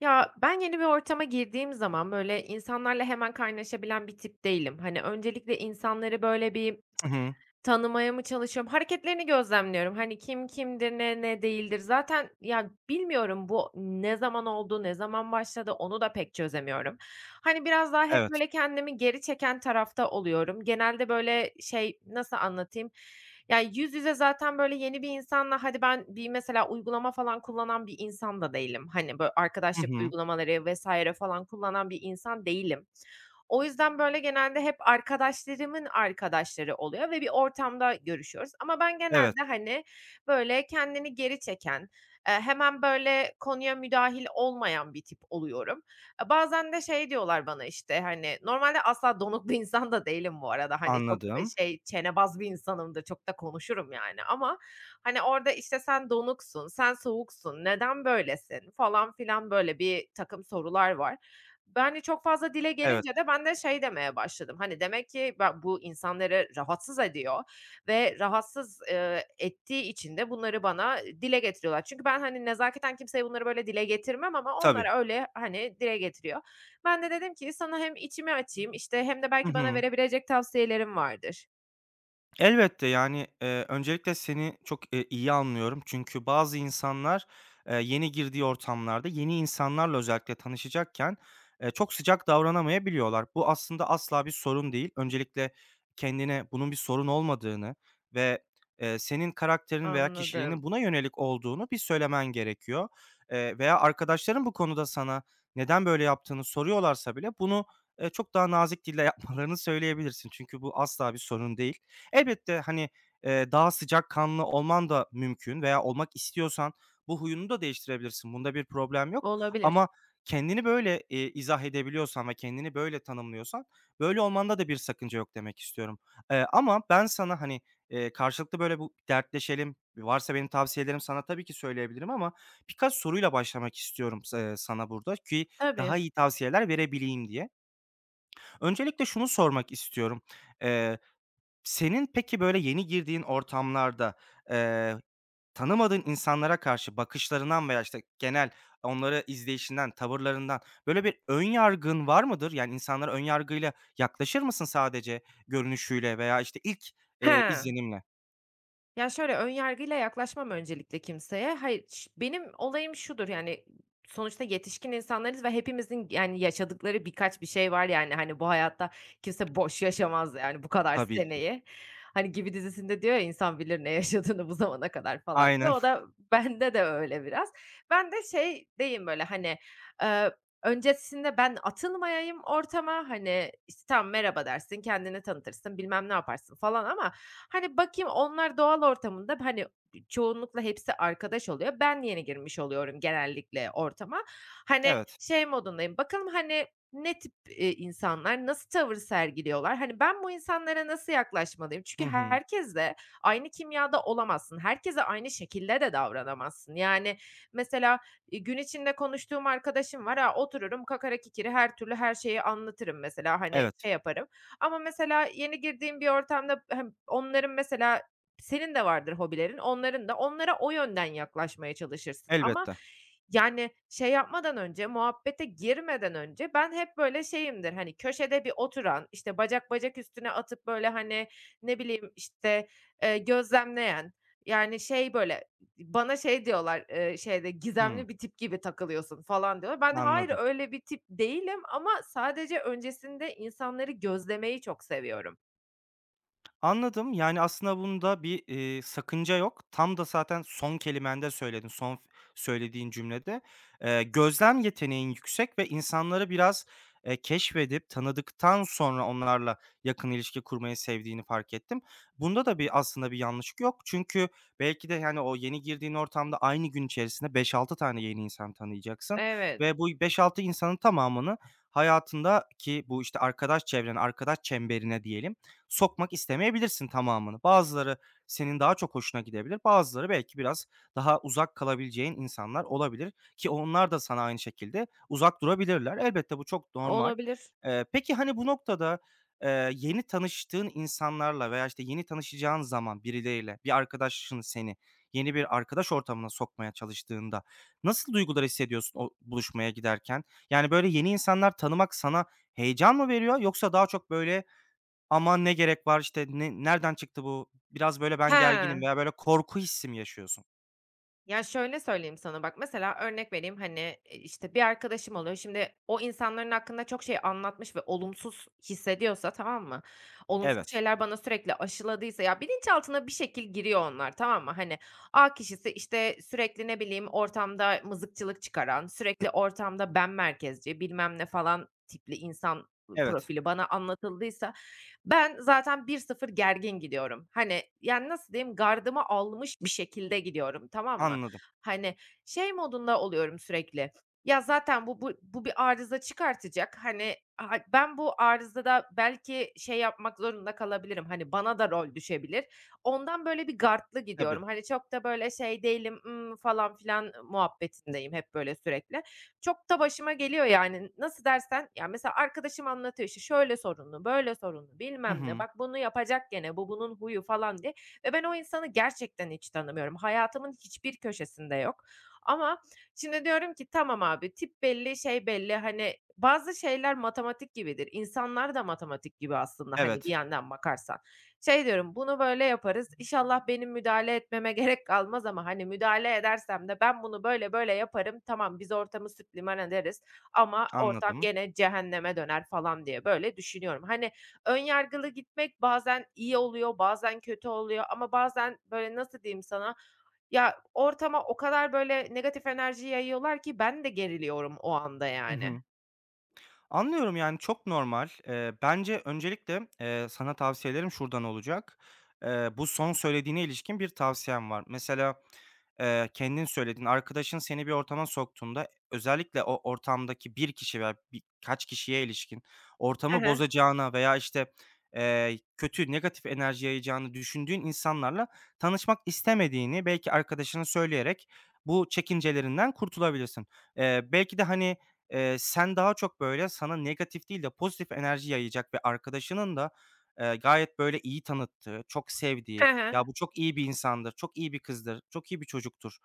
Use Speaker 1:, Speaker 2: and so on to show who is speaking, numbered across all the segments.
Speaker 1: Ya, ben yeni bir ortama girdiğim zaman, böyle, insanlarla hemen kaynaşabilen bir tip değilim. Hani, öncelikle insanları, böyle, bir
Speaker 2: Hı hı.
Speaker 1: tanımaya mı çalışıyorum? Hareketlerini gözlemliyorum. Hani kim kimdir, ne ne değildir. Zaten ya bilmiyorum bu ne zaman oldu, ne zaman başladı onu da pek çözemiyorum. Hani biraz daha hep
Speaker 2: Evet.
Speaker 1: böyle kendimi geri çeken tarafta oluyorum. Genelde böyle şey nasıl anlatayım? Yani yüz yüze zaten böyle yeni bir insanla hadi ben bir mesela uygulama falan kullanan bir insan da değilim. Hani böyle
Speaker 2: Hı
Speaker 1: arkadaşlık
Speaker 2: hı.
Speaker 1: uygulamaları vesaire falan kullanan bir insan değilim. O yüzden, böyle, genelde hep arkadaşlarımın arkadaşları oluyor ve bir ortamda görüşüyoruz ama ben
Speaker 2: Evet,
Speaker 1: genelde, hani, böyle, kendini geri çeken, hemen, böyle, konuya müdahil olmayan bir tip oluyorum. Bazen de şey diyorlar bana, işte, hani normalde asla donuk bir insan da değilim bu arada. Hani, çok,
Speaker 2: anladım.
Speaker 1: şey, çenebaz bir insanımdır, çok da konuşurum, yani, ama, hani, orada, işte, "Sen donuksun, sen soğuksun, neden böylesin?" falan filan, böyle, bir takım sorular var. Yani, çok fazla dile
Speaker 2: Evet,
Speaker 1: gelince de ben de şey demeye başladım, hani, demek ki ben bu insanları rahatsız ediyor ve rahatsız, ettiği için de bunları bana dile getiriyorlar. Çünkü ben, hani, nezaketen kimseye bunları böyle dile getirmem ama
Speaker 2: tabii.
Speaker 1: onlar öyle, hani, dile getiriyor. Ben de dedim ki sana hem içimi açayım, işte, hem de
Speaker 2: Hı
Speaker 1: belki bana
Speaker 2: hı.
Speaker 1: verebilecek tavsiyelerim vardır.
Speaker 2: Elbette, yani, öncelikle seni çok, iyi anlıyorum. Çünkü bazı insanlar, yeni girdiği ortamlarda yeni insanlarla özellikle tanışacakken, çok sıcak davranamayabiliyorlar. Bu aslında asla bir sorun değil. Öncelikle kendine bunun bir sorun olmadığını ve, senin karakterin veya kişiliğinin
Speaker 1: Anladım.
Speaker 2: buna yönelik olduğunu bir söylemen gerekiyor. Veya arkadaşların bu konuda sana neden böyle yaptığını soruyorlarsa bile bunu, çok daha nazik dille yapmalarını söyleyebilirsin. Çünkü bu asla bir sorun değil. Elbette, hani, daha sıcakkanlı olman da mümkün veya olmak istiyorsan bu huyunu da değiştirebilirsin. Bunda bir problem yok
Speaker 1: Olabilir.
Speaker 2: ama kendini böyle, izah edebiliyorsan ve kendini böyle tanımlıyorsan böyle olmanda da bir sakınca yok demek istiyorum. Ama ben sana, hani, karşılıklı böyle bu dertleşelim, varsa benim tavsiyelerim sana tabii ki söyleyebilirim ama birkaç soruyla başlamak istiyorum sana burada ki daha
Speaker 1: Tabii.
Speaker 2: iyi tavsiyeler verebileyim diye. Öncelikle şunu sormak istiyorum. Senin peki, böyle, yeni girdiğin ortamlarda, eee, tanımadığın insanlara karşı bakışlarından veya, işte, genel onları izleyişinden, tavırlarından, böyle, bir ön yargın var mıdır? Yani insanlara ön yargıyla yaklaşır mısın sadece görünüşüyle veya, işte, ilk,
Speaker 1: He.
Speaker 2: izlenimle?
Speaker 1: Ya, şöyle, ön yargıyla yaklaşmam öncelikle kimseye. Hayır, benim olayım şudur, yani, sonuçta yetişkin insanlarız ve hepimizin, yani, yaşadıkları birkaç bir şey var, yani, hani, bu hayatta kimse boş yaşamaz, yani, bu kadar
Speaker 2: Tabii ki.
Speaker 1: seneyi. Hani, Gibi dizisinde diyor ya, insan bilir ne yaşadığını bu zamana kadar falan diye.
Speaker 2: Aynen.
Speaker 1: O da bende de öyle biraz. Ben de şey diyeyim böyle, hani, öncesinde ben atılmayayım ortama, hani, işte, tamam merhaba dersin, kendini tanıtırsın, bilmem ne yaparsın falan ama, hani, bakayım onlar doğal ortamında, hani, çoğunlukla hepsi arkadaş oluyor. Ben yeni girmiş oluyorum genellikle ortama. Hani,
Speaker 2: Evet.
Speaker 1: şey modundayım, bakalım, hani, ne tip, insanlar, nasıl tavır sergiliyorlar? Hani, ben bu insanlara nasıl yaklaşmalıyım? Çünkü
Speaker 2: Hı hı.
Speaker 1: herkesle aynı kimyada olamazsın. Herkese aynı şekilde de davranamazsın. Yani, mesela gün içinde konuştuğum arkadaşım var. A, otururum kakara kikiri her türlü her şeyi anlatırım mesela, hani,
Speaker 2: Evet,
Speaker 1: şey yaparım ama mesela yeni girdiğim bir ortamda hem onların mesela senin de vardır hobilerin, onların da onlara o yönden yaklaşmaya çalışırsın ama
Speaker 2: elbette.
Speaker 1: yani şey yapmadan önce, muhabbete girmeden önce ben hep böyle şeyimdir, hani, köşede bir oturan, işte, bacak bacak üstüne atıp böyle, hani, ne bileyim, işte, gözlemleyen, yani, şey böyle bana şey diyorlar, şeyde,
Speaker 2: Hıı,
Speaker 1: "Gizemli bir tip gibi takılıyorsun." falan diyorlar. Ben, hayır,
Speaker 2: anladım.
Speaker 1: öyle bir tip değilim ama sadece öncesinde insanları gözlemeyi çok seviyorum.
Speaker 2: Anladım. Yani, aslında bunda bir, sakınca yok. Tam da zaten son kelimende söyledin, son f söylediğin cümlede. Gözlem yeteneğin yüksek ve insanları biraz, keşfedip tanıdıktan sonra onlarla yakın ilişki kurmayı sevdiğini fark ettim. Bunda da bir aslında bir yanlışlık yok. Çünkü belki de, yani o yeni girdiğin ortamda aynı gün içerisinde beş altı tane yeni insan tanıyacaksın
Speaker 1: Evet,
Speaker 2: ve bu beş altı insanın tamamını hayatında ki bu, işte, arkadaş çevren, arkadaş çemberine diyelim, sokmak istemeyebilirsin tamamını. Bazıları senin daha çok hoşuna gidebilir. Bazıları belki biraz daha uzak kalabileceğin insanlar olabilir ki onlar da sana aynı şekilde uzak durabilirler. Elbette bu çok normal.
Speaker 1: olabilir.
Speaker 2: Peki, hani, bu noktada, yeni tanıştığın insanlarla veya, işte, yeni tanışacağın zaman birileriyle bir arkadaşın seni yeni bir arkadaş ortamına sokmaya çalıştığında nasıl duygular hissediyorsun o buluşmaya giderken? Yani, böyle, yeni insanlar tanımak sana heyecan mı veriyor yoksa daha çok, böyle, aman ne gerek var, işte, ne nereden çıktı bu, biraz böyle ben gerginim
Speaker 1: He.
Speaker 2: veya böyle korku hissi mi yaşıyorsun?
Speaker 1: Ya, şöyle söyleyeyim sana bak, mesela örnek vereyim, hani, işte, bir arkadaşım oluyor. Şimdi o insanların hakkında çok şey anlatmış ve olumsuz hissediyorsa, tamam mı? Olumsuz
Speaker 2: Evet,
Speaker 1: şeyler bana sürekli aşıladıysa ya, bilinçaltına bir şekil giriyor onlar, tamam mı? Hani, A kişisi, işte, sürekli ne bileyim ortamda mızıkçılık çıkaran, sürekli ortamda ben merkezci bilmem ne falan tipli insan
Speaker 2: evet,
Speaker 1: profili bana anlatıldıysa ben zaten bir sıfır gergin gidiyorum. Hani, yani, nasıl diyeyim, gardımı almış bir şekilde gidiyorum, tamam mı?
Speaker 2: anladım.
Speaker 1: Hani, şey modunda oluyorum sürekli, ya, zaten bu bir arıza çıkartacak. Hani, ha ben bu arızada belki şey yapmak zorunda kalabilirim, hani, bana da rol düşebilir. Ondan böyle bir gardlı gidiyorum.
Speaker 2: Tabii.
Speaker 1: Hani, çok da böyle şey değilim, falan filan muhabbetindeyim hep böyle sürekli. Çok da başıma geliyor yani. Nasıl dersen, ya, mesela arkadaşım anlatıyor, işte, şöyle sorunlu, böyle sorunlu,
Speaker 2: Hı
Speaker 1: bilmem ne,
Speaker 2: hı.
Speaker 1: bak bunu yapacak gene, bu bunun huyu falan diye ve ben o insanı gerçekten hiç tanımıyorum. Hayatımın hiçbir köşesinde yok ama şimdi diyorum ki tamam abi tip belli, şey belli, hani, bazı şeyler matematik gibidir. İnsanlar da matematik gibi aslında, hani, bir
Speaker 2: Evet,
Speaker 1: yandan bakarsan. Şey diyorum, bunu böyle yaparız. İnşallah benim müdahale etmeme gerek kalmaz ama, hani, müdahale edersem de ben bunu böyle böyle yaparım, tamam biz ortamı süt liman ederiz ama ortam
Speaker 2: anladım.
Speaker 1: gene cehenneme döner falan diye böyle düşünüyorum. Hani, ön yargılı gitmek bazen iyi oluyor, bazen kötü oluyor ama bazen böyle nasıl diyeyim sana, ya ortama o kadar böyle negatif enerji yayıyorlar ki ben de geriliyorum o anda
Speaker 2: Hı
Speaker 1: yani.
Speaker 2: hı. Anlıyorum, yani, çok normal. Bence öncelikle, sana tavsiyelerim şuradan olacak. Bu son söylediğine ilişkin bir tavsiyem var. Mesela kendin söyledin, arkadaşın seni bir ortama soktuğunda özellikle o ortamdaki bir kişi veya birkaç kişiye ilişkin
Speaker 1: He
Speaker 2: ortamı
Speaker 1: he.
Speaker 2: bozacağına veya, işte, kötü, negatif enerji yayacağını düşündüğün insanlarla tanışmak istemediğini belki arkadaşına söyleyerek bu çekincelerinden kurtulabilirsin. Belki de, hani, sen daha çok, böyle, sana negatif değil de pozitif enerji yayacak ve arkadaşının da, gayet, böyle, iyi tanıttığı, çok
Speaker 1: He
Speaker 2: sevdiği,
Speaker 1: he.
Speaker 2: "Ya, bu çok iyi bir insandır, çok iyi bir kızdır, çok iyi bir çocuktur."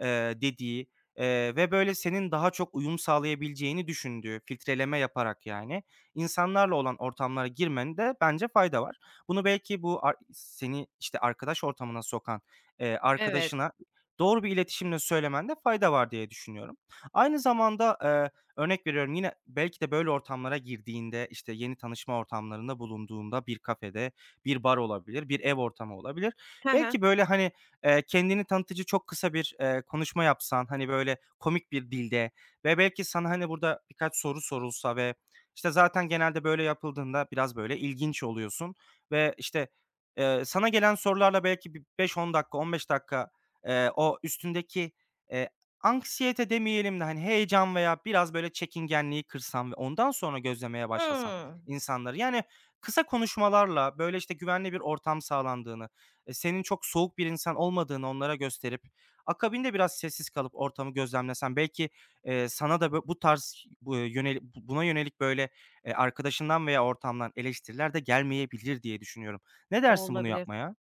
Speaker 2: dediği, ve böyle senin daha çok uyum sağlayabileceğini düşündüğü, filtreleme yaparak yani, insanlarla olan ortamlara girmende bence fayda var. Bunu belki bu ar seni, işte, arkadaş ortamına sokan,
Speaker 1: Evet.
Speaker 2: arkadaşına doğru bir iletişimle söylemende fayda var diye düşünüyorum. Aynı zamanda, örnek veriyorum, yine belki de böyle ortamlara girdiğinde, işte, yeni tanışma ortamlarında bulunduğunda bir kafede, bir bar olabilir, bir ev ortamı olabilir.
Speaker 1: He he.
Speaker 2: Belki böyle, hani, kendini tanıtıcı çok kısa bir, konuşma yapsan, hani, böyle komik bir dilde ve belki sana, hani, burada birkaç soru sorulsa ve, işte, zaten genelde böyle yapıldığında biraz böyle ilginç oluyorsun ve, işte, sana gelen sorularla belki bir 5-10 dakika, 15 dakika, o üstündeki, eee, anksiyete demeyelim de, hani, heyecan veya biraz böyle çekingenliği kırsan ve ondan sonra gözlemeye başlasan
Speaker 1: Hımm.
Speaker 2: insanları, yani, kısa konuşmalarla, böyle, işte, güvenli bir ortam sağlandığını senin çok soğuk bir insan olmadığını onlara gösterip akabinde biraz sessiz kalıp ortamı gözlemlesen belki, sana da bu yöneli buna yönelik böyle, arkadaşından veya ortamdan eleştiriler de gelmeyebilir diye düşünüyorum. Ne
Speaker 1: O
Speaker 2: dersin bunu
Speaker 1: olabilir.
Speaker 2: yapmaya?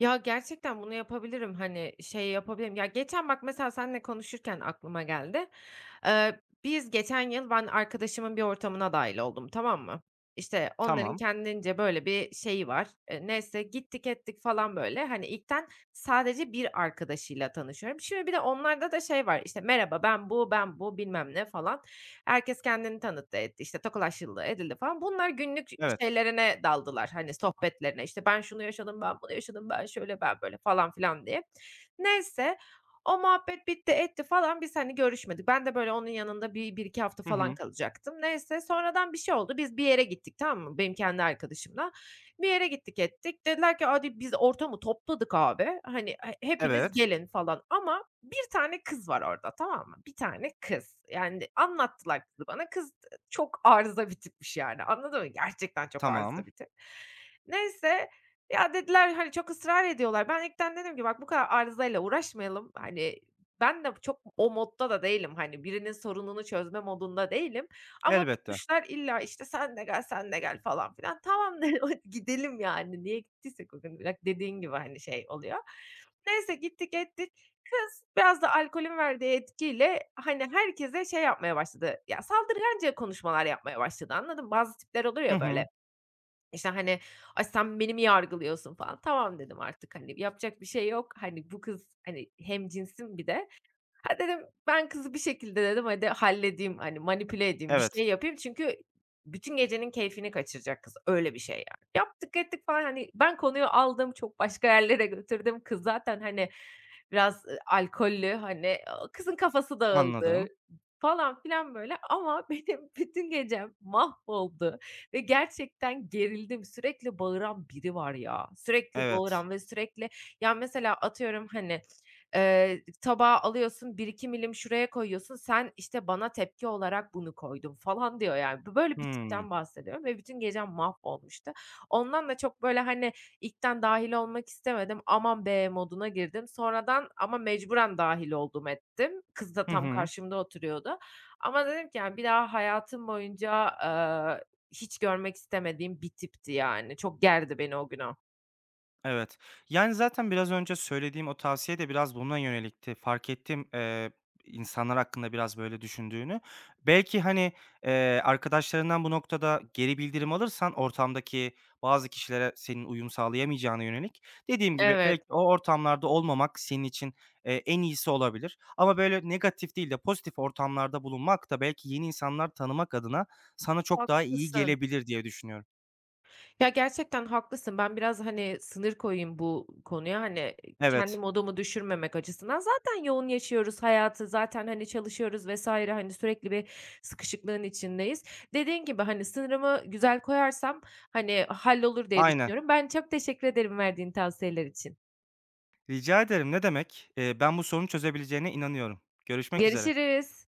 Speaker 1: Ya, gerçekten bunu yapabilirim. Hani, şey yapabilirim. Ya, geçen bak mesela seninle konuşurken aklıma geldi. Biz geçen yıl ben arkadaşımın bir ortamına dahil oldum, tamam mı? İşte, onların
Speaker 2: Tamam.
Speaker 1: kendince böyle bir şeyi var. Neyse gittik ettik falan böyle. Hani, ilkten sadece bir arkadaşıyla tanışıyorum. Şimdi bir de onlarda da şey var, işte, merhaba ben bu bilmem ne falan. Herkes kendini tanıttı etti, işte, tokalaşıldı, edildi falan. Bunlar günlük
Speaker 2: Evet.
Speaker 1: şeylerine daldılar, hani, sohbetlerine. İşte ben şunu yaşadım, ben bunu yaşadım, ben şöyle, ben böyle falan filan diye. Neyse, o muhabbet bitti, etti falan. Biz, hani, görüşmedik. Ben de, böyle, onun yanında bir iki hafta
Speaker 2: Hı
Speaker 1: falan
Speaker 2: hı.
Speaker 1: kalacaktım. Neyse, sonradan bir şey oldu. Biz bir yere gittik, tamam mı? Benim kendi arkadaşımla. Bir yere gittik ettik. Dediler ki, "Hadi biz ortamı topladık abi. Hani, hepiniz
Speaker 2: Evet.
Speaker 1: gelin." falan ama bir tane kız var orada, tamam mı? Bir tane kız. Yani anlattılar kızı bana. Kız çok arıza bir tipmiş yani, anladın mı? Gerçekten çok
Speaker 2: Tamam.
Speaker 1: arıza bir tip. Neyse, ya, dediler, hani, çok ısrar ediyorlar. Ben ilkten dedim ki bak bu kadar arızayla uğraşmayalım. Hani, ben de çok o modda da değilim, hani, birinin sorununu çözme modunda değilim ama
Speaker 2: Elbette.
Speaker 1: tutmuşlar illa, işte, "Sen de gel, sen de gel." falan filan. "Tamam." dedim, "Hadi gidelim yani." Niye gittiysek o gün, bak dediğin gibi, hani, şey oluyor. Neyse gittik ettik. Kız biraz da alkolün verdiği etkiyle, hani, herkese şey yapmaya başladı, ya, saldırganca konuşmalar yapmaya başladı, anladın mı? Bazı tipler olur
Speaker 2: Hı
Speaker 1: ya böyle,
Speaker 2: hı.
Speaker 1: işte, hani, "Ay, sen beni mi yargılıyorsun?" falan. "Tamam." dedim artık, hani, yapacak bir şey yok. Hani, bu kız, hani, hemcinsim bir de. Ha, dedim, ben kızı bir şekilde dedim, hadi halledeyim, hani, manipüle edeyim, bir
Speaker 2: Evet.
Speaker 1: şey yapayım çünkü bütün gecenin keyfini kaçıracak kız. Öyle bir şey yani. Yaptık ettik falan, hani, ben konuyu aldım, çok başka yerlere götürdüm. Kız zaten, hani, biraz, alkollü, hani, kızın kafası dağıldı
Speaker 2: Anladım.
Speaker 1: falan filan böyle ama benim bütün gecem mahvoldu ve gerçekten gerildim. Sürekli bağıran biri var ya. Sürekli
Speaker 2: Evet.
Speaker 1: bağıran ve sürekli, ya, mesela atıyorum, hani tabağı alıyorsun, bir iki milim şuraya koyuyorsun, sen, işte, bana tepki olarak bunu koydun falan diyor yani. Böyle bir
Speaker 2: Hımm.
Speaker 1: tipten bahsediyorum ve bütün gecem mahvolmuştu. Ondan da çok böyle, hani, ilkten dahil olmak istemedim, "Aman be!" moduna girdim. Sonradan ama mecburen dahil oldum ettim. Kız da
Speaker 2: Hı
Speaker 1: tam
Speaker 2: hı.
Speaker 1: karşımda oturuyordu ama dedim ki, yani, bir daha hayatım boyunca, hiç görmek istemediğim bir tipti yani. Çok gerdi beni o gün o.
Speaker 2: Evet. Yani, zaten biraz önce söylediğim o tavsiye de biraz buna yönelikti. Fark ettim, insanlar hakkında biraz böyle düşündüğünü. Belki, hani, arkadaşlarından bu noktada geri bildirim alırsan ortamdaki bazı kişilere senin uyum sağlayamayacağına yönelik, dediğim gibi
Speaker 1: Evet,
Speaker 2: belki o ortamlarda olmamak senin için, en iyisi olabilir. Ama böyle negatif değil de pozitif ortamlarda bulunmak da belki yeni insanlar tanımak adına sana çok daha iyi
Speaker 1: haklısın.
Speaker 2: gelebilir diye düşünüyorum.
Speaker 1: Ya, gerçekten haklısın. Ben biraz, hani, sınır koyayım bu konuya, hani, kendi
Speaker 2: Evet,
Speaker 1: modumu düşürmemek açısından. Zaten yoğun yaşıyoruz hayatı, zaten, hani, çalışıyoruz vesaire hani, sürekli bir sıkışıklığın içindeyiz. Dediğin gibi, hani, sınırımı güzel koyarsam, hani, hallolur diye
Speaker 2: aynen.
Speaker 1: düşünüyorum. Ben çok teşekkür ederim verdiğin tavsiyeler için.
Speaker 2: Rica ederim, ne demek. Ben bu sorunu çözebileceğine inanıyorum. Görüşmek üzere.
Speaker 1: Görüşürüz.